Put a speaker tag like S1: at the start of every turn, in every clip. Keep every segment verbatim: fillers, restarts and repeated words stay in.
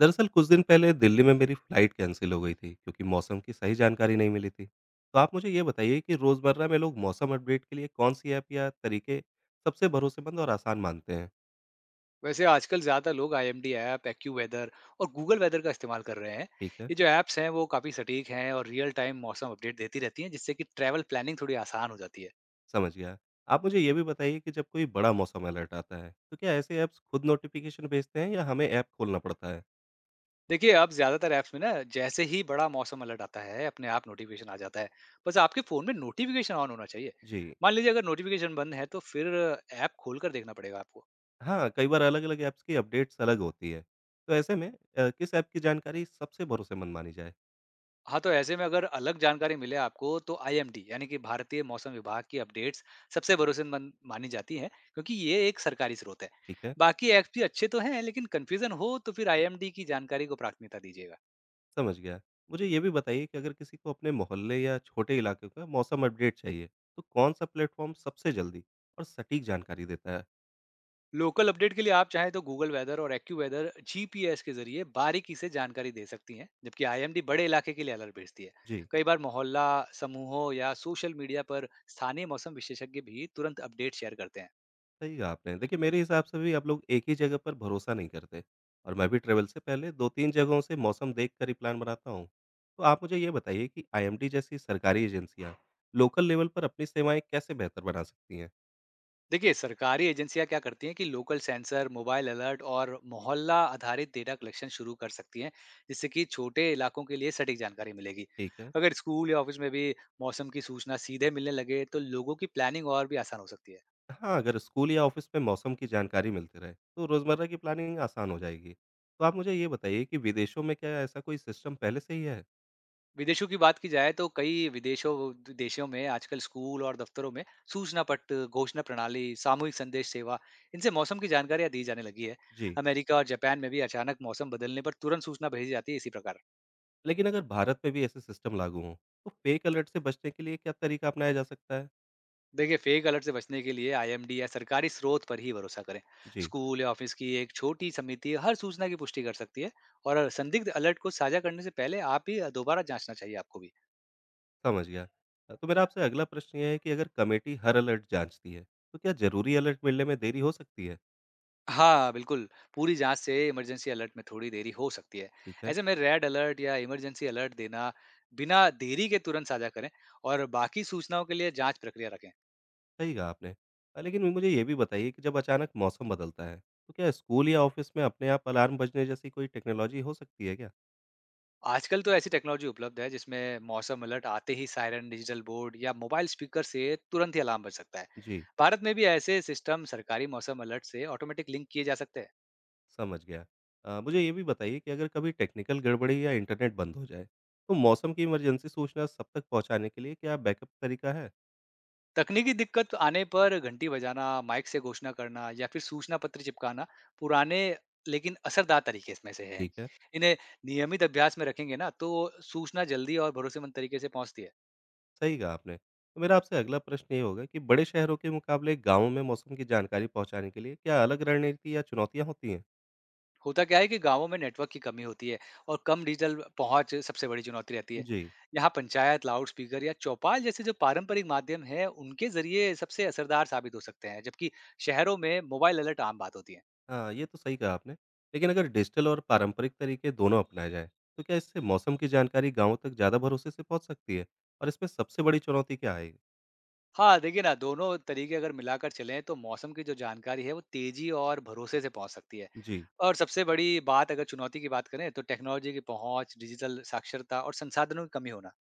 S1: दरअसल कुछ दिन पहले दिल्ली में मेरी फ्लाइट कैंसिल हो गई थी क्योंकि मौसम की सही जानकारी नहीं मिली थी। तो आप मुझे ये बताइए कि रोज़मर्रा में लोग मौसम अपडेट के लिए कौन सी ऐप या तरीके सबसे भरोसेमंद और आसान मानते हैं।
S2: वैसे आजकल ज़्यादा लोग I M D app, AccuWeather और गूगल वेदर का इस्तेमाल कर रहे हैं।
S1: ठीक है।
S2: ये जो ऐप्स हैं, वो काफ़ी सटीक हैं और रियल टाइम मौसम अपडेट देती रहती हैं, जिससे कि ट्रैवल प्लानिंग थोड़ी आसान हो जाती है।
S1: समझ गया। आप मुझे ये भी बताइए कि जब कोई बड़ा मौसम अलर्ट आता है तो क्या ऐसे ऐप्स खुद नोटिफिकेशन भेजते हैं या हमें ऐप खोलना पड़ता है।
S2: देखिए, अब ज़्यादातर ऐप्स में ना जैसे ही बड़ा मौसम अलर्ट आता है, अपने आप नोटिफिकेशन आ जाता है। बस आपके फ़ोन में नोटिफिकेशन ऑन होना चाहिए।
S1: जी।
S2: मान लीजिए अगर नोटिफिकेशन बंद है, तो फिर ऐप खोलकर देखना पड़ेगा आपको।
S1: हाँ, कई बार अलग अलग ऐप्स की अपडेट्स अलग होती है, तो ऐसे में अ, किस ऐप की जानकारी सबसे भरोसेमंद मानी जाए।
S2: हाँ, तो ऐसे में अगर अलग जानकारी मिले आपको तो आई एम डी यानी कि भारतीय मौसम विभाग की अपडेट्स सबसे भरोसेमंद मानी जाती है क्योंकि ये एक सरकारी स्रोत है।
S1: ठीक है।
S2: बाकी ऐप्स भी अच्छे तो हैं लेकिन कंफ्यूजन हो तो फिर आई एम डी की जानकारी को प्राथमिकता दीजिएगा।
S1: समझ गया। मुझे ये भी बताइए कि अगर किसी को अपने मोहल्ले या छोटे इलाके का मौसम अपडेट चाहिए, तो कौन-सा प्लेटफ़ॉर्म सबसे जल्दी और सटीक जानकारी देता है?
S2: लोकल अपडेट के लिए आप चाहें तो गूगल वेदर और AccuWeather G P S के जरिए बारीकी से जानकारी दे सकती हैं जबकि आई एम डी बड़े इलाके के लिए अलर्ट भेजती है।
S1: जी,
S2: कई बार मोहल्ला समूहों या सोशल मीडिया पर स्थानीय मौसम विशेषज्ञ भी तुरंत अपडेट शेयर करते हैं।
S1: सही कहा आपने। देखिए, मेरे हिसाब से भी आप लोग एक ही जगह पर भरोसा नहीं करते और मैं भी ट्रैवल से पहले दो तीन जगहों से मौसम देखकर ही प्लान बनाता हूँ। तो आप मुझे ये बताइए कि आई एम डी जैसी सरकारी एजेंसियाँ लोकल लेवल पर अपनी सेवाएँ कैसे बेहतर बना सकती हैं?
S2: देखिए सरकारी एजेंसियां क्या करती हैं कि लोकल सेंसर मोबाइल अलर्ट और मोहल्ला आधारित डेटा कलेक्शन शुरू कर सकती हैं, जिससे कि छोटे इलाकों के लिए सटीक जानकारी मिलेगी।
S1: ठीक है।
S2: अगर स्कूल या ऑफिस में भी मौसम की सूचना सीधे मिलने लगे तो लोगों की प्लानिंग और भी आसान हो सकती है।
S1: हाँ, अगर स्कूल या ऑफिस में मौसम की जानकारी मिलती रहे, तो रोज़मर्रा की प्लानिंग आसान हो जाएगी। तो आप मुझे ये बताइए कि विदेशों में क्या ऐसा कोई सिस्टम पहले से ही है?
S2: विदेशों की बात की जाए तो कई विदेशों देशों में आजकल स्कूल और दफ्तरों में सूचना पट, घोषणा प्रणाली, सामूहिक संदेश सेवा, इनसे मौसम की जानकारियां दी जाने लगी है।
S1: जी।
S2: अमेरिका और जापान में भी अचानक मौसम बदलने पर तुरंत सूचना भेजी जाती है। इसी प्रकार
S1: लेकिन अगर भारत में भी ऐसे सिस्टम लागू हों, तो फेक अलर्ट से बचने के लिए क्या तरीका अपनाया जा सकता है?
S2: देखिए, फेक अलर्ट से बचने के लिए आई एम डी या सरकारी स्रोत पर ही भरोसा करें।
S1: जी।
S2: स्कूल या ऑफिस की एक छोटी समिति हर सूचना की पुष्टि कर सकती है और संदिग्ध अलर्ट को साझा करने से पहले आप ही दोबारा जांचना चाहिए आपको भी।
S1: समझ गया। अ, तो मेरा आपसे अगला प्रश्न ये है कि अगर कमेटी हर अलर्ट जाँचती है, तो क्या ज़रूरी अलर्ट मिलने में देरी हो सकती है?
S2: हाँ, बिल्कुल। पूरी जांच से इमरजेंसी अलर्ट में थोड़ी देरी हो सकती है।
S1: ठीक है।
S2: ऐसे में रेड अलर्ट या इमरजेंसी अलर्ट देना, बिना देरी के तुरंत साझा करें और बाकी सूचनाओं के लिए जांच प्रक्रिया रखें।
S1: सही कहा आपने। अ, लेकिन मुझे ये भी बताइए कि जब अचानक मौसम बदलता है, तो क्या स्कूल या ऑफिस में अपने आप अलार्म बजने जैसी कोई टेक्नोलॉजी हो सकती है क्या?
S2: आजकल तो ऐसी टेक्नोलॉजी उपलब्ध है जिसमें मौसम अलर्ट आते ही सायरन, डिजिटल बोर्ड या मोबाइल स्पीकर से तुरंत ही अलार्म बज सकता है।
S1: जी।
S2: भारत में भी ऐसे सिस्टम सरकारी मौसम अलर्ट से ऑटोमेटिक लिंक किए जा सकते हैं।
S1: समझ गया। अ, मुझे ये भी बताइए कि अगर कभी टेक्निकल गड़बड़ी या इंटरनेट बंद हो जाए, तो मौसम की इमरजेंसी सूचना सब तक पहुँचाने के लिए क्या बैकअप तरीका है?
S2: तकनीकी दिक्कत आने पर घंटी बजाना, माइक से घोषणा करना या फिर सूचना पत्र चिपकाना, पुराने लेकिन असरदार तरीके इसमें से है।
S1: ठीक है।
S2: इन्हें नियमित अभ्यास में रखेंगे ना तो सूचना जल्दी और भरोसेमंद तरीके से पहुंचती है।
S1: सही कहा आपने। तो मेरा आपसे अगला प्रश्न ये होगा कि बड़े शहरों के मुकाबले गाँवों में मौसम की जानकारी पहुँचाने के लिए क्या अलग रणनीति या चुनौतियाँ होती हैं?
S2: होता क्या है कि गाँवों में नेटवर्क की कमी होती है और कम डिजिटल पहुंच सबसे बड़ी चुनौती रहती है।
S1: जी।
S2: यहाँ पंचायत, लाउडस्पीकर या चौपाल जैसे जो पारंपरिक माध्यम हैं, उनके ज़रिए सबसे असरदार साबित हो सकते हैं, जबकि शहरों में मोबाइल अलर्ट आम बात होती है।
S1: हाँ, ये तो सही कहा आपने। लेकिन अगर डिजिटल और पारंपरिक तरीके दोनों अपनाए जाएँ, तो क्या इससे मौसम की जानकारी गाँवों तक ज़्यादा भरोसे से पहुँच सकती है? और इसमें सबसे बड़ी चुनौती क्या आएगी?
S2: हाँ, देखिए ना, दोनों तरीके अगर मिलाकर चलें, तो मौसम की जो जानकारी है, वो तेज़ी और भरोसे से पहुंच सकती है।
S1: जी।
S2: और सबसे बड़ी बात अगर चुनौती की बात करें, तो टेक्नोलॉजी की पहुंच, डिजिटल साक्षरता और संसाधनों की कमी होना।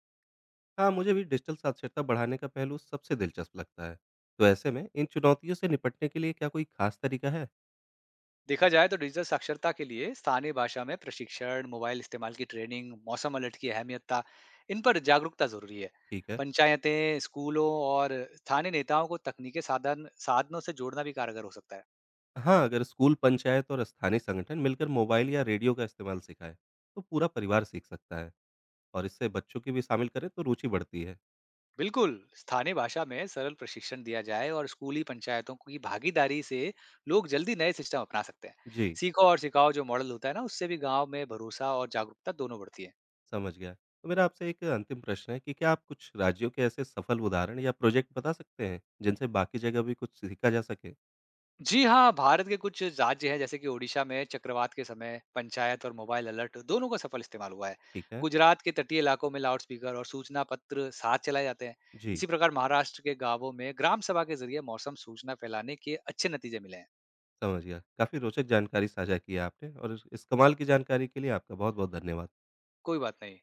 S1: हाँ, मुझे भी डिजिटल साक्षरता बढ़ाने का पहलू सबसे दिलचस्प लगता है। तो ऐसे में इन चुनौतियों से निपटने के लिए क्या कोई खास तरीका है?
S2: देखा जाए तो डिजिटल साक्षरता के लिए स्थानीय भाषा में प्रशिक्षण, मोबाइल इस्तेमाल की ट्रेनिंग, मौसम अलर्ट की अहमियतता, इन पर जागरूकता जरूरी है।
S1: ठीक है।
S2: पंचायतें, स्कूलों और स्थानीय नेताओं को तकनीकी साधन साधनों से जोड़ना भी कारगर हो सकता है।
S1: हाँ, अगर स्कूल, पंचायत और स्थानीय संगठन मिलकर मोबाइल या रेडियो का इस्तेमाल सिखाएं, तो पूरा परिवार सीख सकता है और इससे बच्चों की भी शामिल करें तो रुचि बढ़ती है।
S2: बिल्कुल। स्थानीय भाषा में सरल प्रशिक्षण दिया जाए और स्कूली पंचायतों की भागीदारी से लोग जल्दी नए सिस्टम अपना सकते हैं।
S1: जी।
S2: सीखो और सिखाओ जो मॉडल होता है ना, उससे भी गांव में भरोसा और जागरूकता दोनों बढ़ती है।
S1: समझ गया। तो मेरा आपसे एक अंतिम प्रश्न है कि क्या आप कुछ राज्यों के ऐसे सफल उदाहरण या प्रोजेक्ट बता सकते हैं, जिनसे बाकी जगह भी कुछ सीखा जा सके?
S2: जी हाँ, भारत के कुछ राज्य हैं जैसे कि ओडिशा में चक्रवात के समय पंचायत और मोबाइल अलर्ट दोनों का सफल इस्तेमाल हुआ है।
S1: ठीक है।
S2: गुजरात के तटीय इलाकों में लाउडस्पीकर और सूचना पत्र साथ चलाए जाते हैं।
S1: जी।
S2: इसी प्रकार महाराष्ट्र के गांवों में ग्राम सभा के जरिए मौसम सूचना फैलाने के अच्छे नतीजे मिले हैं।
S1: समझ गया। काफ़ी रोचक जानकारी साझा की है आपने और इस इस कमाल की जानकारी के लिए आपका बहुत-बहुत धन्यवाद।
S2: कोई बात नहीं।